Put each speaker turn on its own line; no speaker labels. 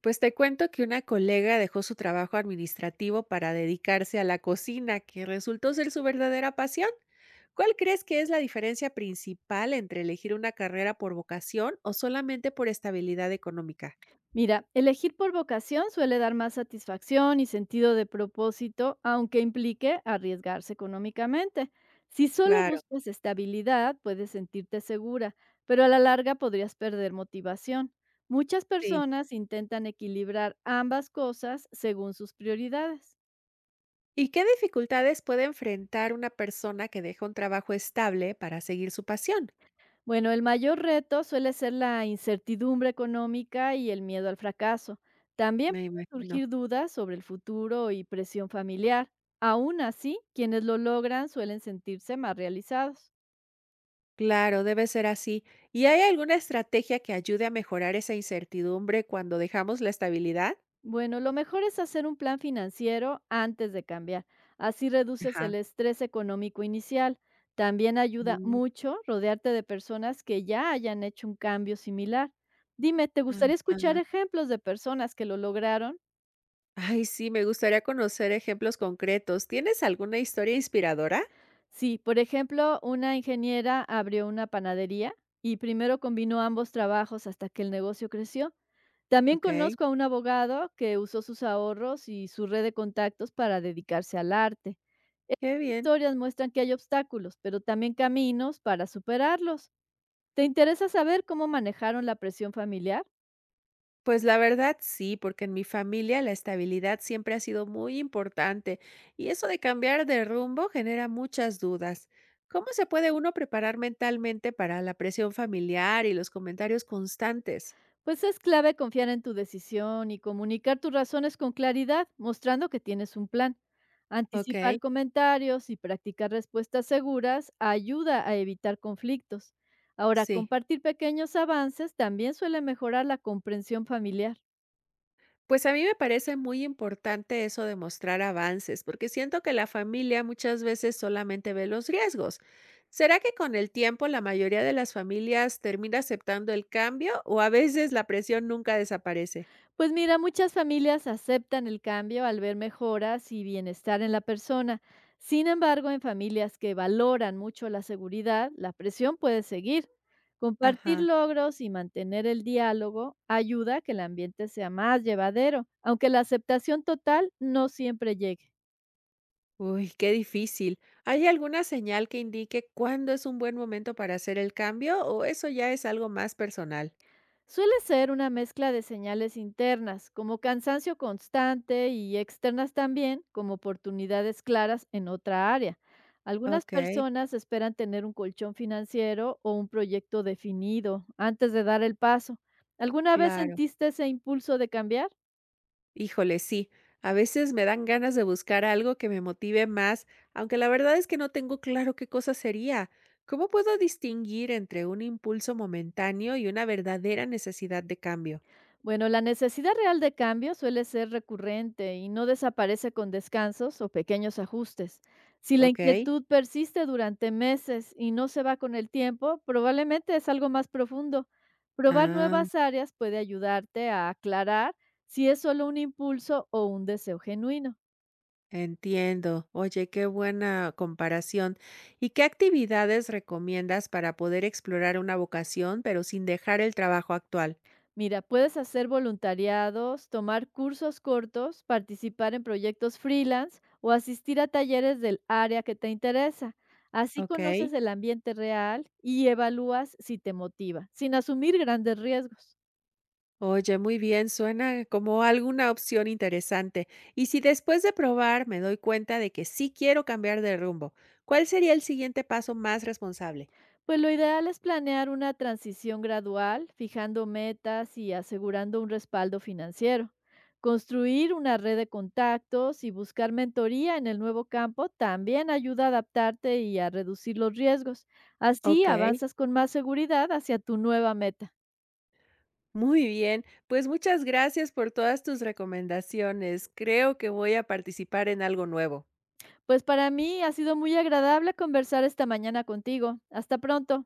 Pues te cuento que una colega dejó su trabajo administrativo para dedicarse a la cocina, que resultó ser su verdadera pasión. ¿Cuál crees que es la diferencia principal entre elegir una carrera por vocación o solamente por estabilidad económica?
Mira, elegir por vocación suele dar más satisfacción y sentido de propósito, aunque implique arriesgarse económicamente. Si solo
Claro,
buscas estabilidad, puedes sentirte segura, pero a la larga podrías perder motivación. Muchas
sí.
personas intentan equilibrar ambas cosas según sus prioridades.
¿Y qué dificultades puede enfrentar una persona que deja un trabajo estable para seguir su pasión?
Bueno, el mayor reto suele ser la incertidumbre económica y el miedo al fracaso. También
Me
pueden
imagino.
surgir dudas sobre el futuro y presión familiar. Aún así, quienes lo logran suelen sentirse más realizados.
Claro, debe ser así. ¿Y hay alguna estrategia que ayude a mejorar esa incertidumbre cuando dejamos la estabilidad?
Bueno, lo mejor es hacer un plan financiero antes de cambiar. Así reduces
Ajá.
el estrés económico inicial. También ayuda mucho rodearte de personas que ya hayan hecho un cambio similar. Dime, ¿te gustaría escuchar
Ajá.
ejemplos de personas que lo lograron?
Ay, sí, me gustaría conocer ejemplos concretos. ¿Tienes alguna historia inspiradora?
Sí, por ejemplo, una ingeniera abrió una panadería y primero combinó ambos trabajos hasta que el negocio creció. También
Okey,
conozco a un abogado que usó sus ahorros y su red de contactos para dedicarse al arte.
qué
Estas
bien.
historias muestran que hay obstáculos, pero también caminos para superarlos. ¿Te interesa saber cómo manejaron la presión familiar?
Pues la verdad sí, porque en mi familia la estabilidad siempre ha sido muy importante y eso de cambiar de rumbo genera muchas dudas. ¿Cómo se puede uno preparar mentalmente para la presión familiar y los comentarios constantes?
Pues es clave confiar en tu decisión y comunicar tus razones con claridad, mostrando que tienes un plan. Anticipar
Okey,
comentarios y practicar respuestas seguras ayuda a evitar conflictos. Ahora,
sí.
compartir pequeños avances también suele mejorar la comprensión familiar.
Pues a mí me parece muy importante eso de mostrar avances, porque siento que la familia muchas veces solamente ve los riesgos. ¿Será que con el tiempo la mayoría de las familias termina aceptando el cambio o a veces la presión nunca desaparece?
Pues mira, muchas familias aceptan el cambio al ver mejoras y bienestar en la persona. Sin embargo, en familias que valoran mucho la seguridad, la presión puede seguir. Compartir
Ajá.
logros y mantener el diálogo ayuda a que el ambiente sea más llevadero, aunque la aceptación total no siempre llegue.
Uy, qué difícil. ¿Hay alguna señal que indique cuándo es un buen momento para hacer el cambio o eso ya es algo más personal?
Suele ser una mezcla de señales internas, como cansancio constante, y externas también, como oportunidades claras en otra área. Algunas
Ok,
personas esperan tener un colchón financiero o un proyecto definido antes de dar el paso. ¿Alguna vez
claro.
sentiste ese impulso de cambiar?
Híjole, sí. A veces me dan ganas de buscar algo que me motive más, aunque la verdad es que no tengo claro qué cosa sería. ¿Cómo puedo distinguir entre un impulso momentáneo y una verdadera necesidad de cambio?
Bueno, la necesidad real de cambio suele ser recurrente y no desaparece con descansos o pequeños ajustes. Si la
¿Ok?
inquietud persiste durante meses y no se va con el tiempo, probablemente es algo más profundo. Probar
Ah,
nuevas áreas puede ayudarte a aclarar si es solo un impulso o un deseo genuino.
entiendo. Oye, qué buena comparación. ¿Y qué actividades recomiendas para poder explorar una vocación, pero sin dejar el trabajo actual?
Mira, puedes hacer voluntariados, tomar cursos cortos, participar en proyectos freelance o asistir a talleres del área que te interesa. Así
¿Ok?
conoces el ambiente real y evalúas si te motiva, sin asumir grandes riesgos.
Oye, muy bien, suena como alguna opción interesante. Y si después de probar me doy cuenta de que sí quiero cambiar de rumbo, ¿cuál sería el siguiente paso más responsable?
Pues lo ideal es planear una transición gradual, fijando metas y asegurando un respaldo financiero. Construir una red de contactos y buscar mentoría en el nuevo campo también ayuda a adaptarte y a reducir los riesgos. Así
Ok.
avanzas con más seguridad hacia tu nueva meta.
Muy bien, pues muchas gracias por todas tus recomendaciones. Creo que voy a participar en algo nuevo.
Pues para mí ha sido muy agradable conversar esta mañana contigo. Hasta pronto.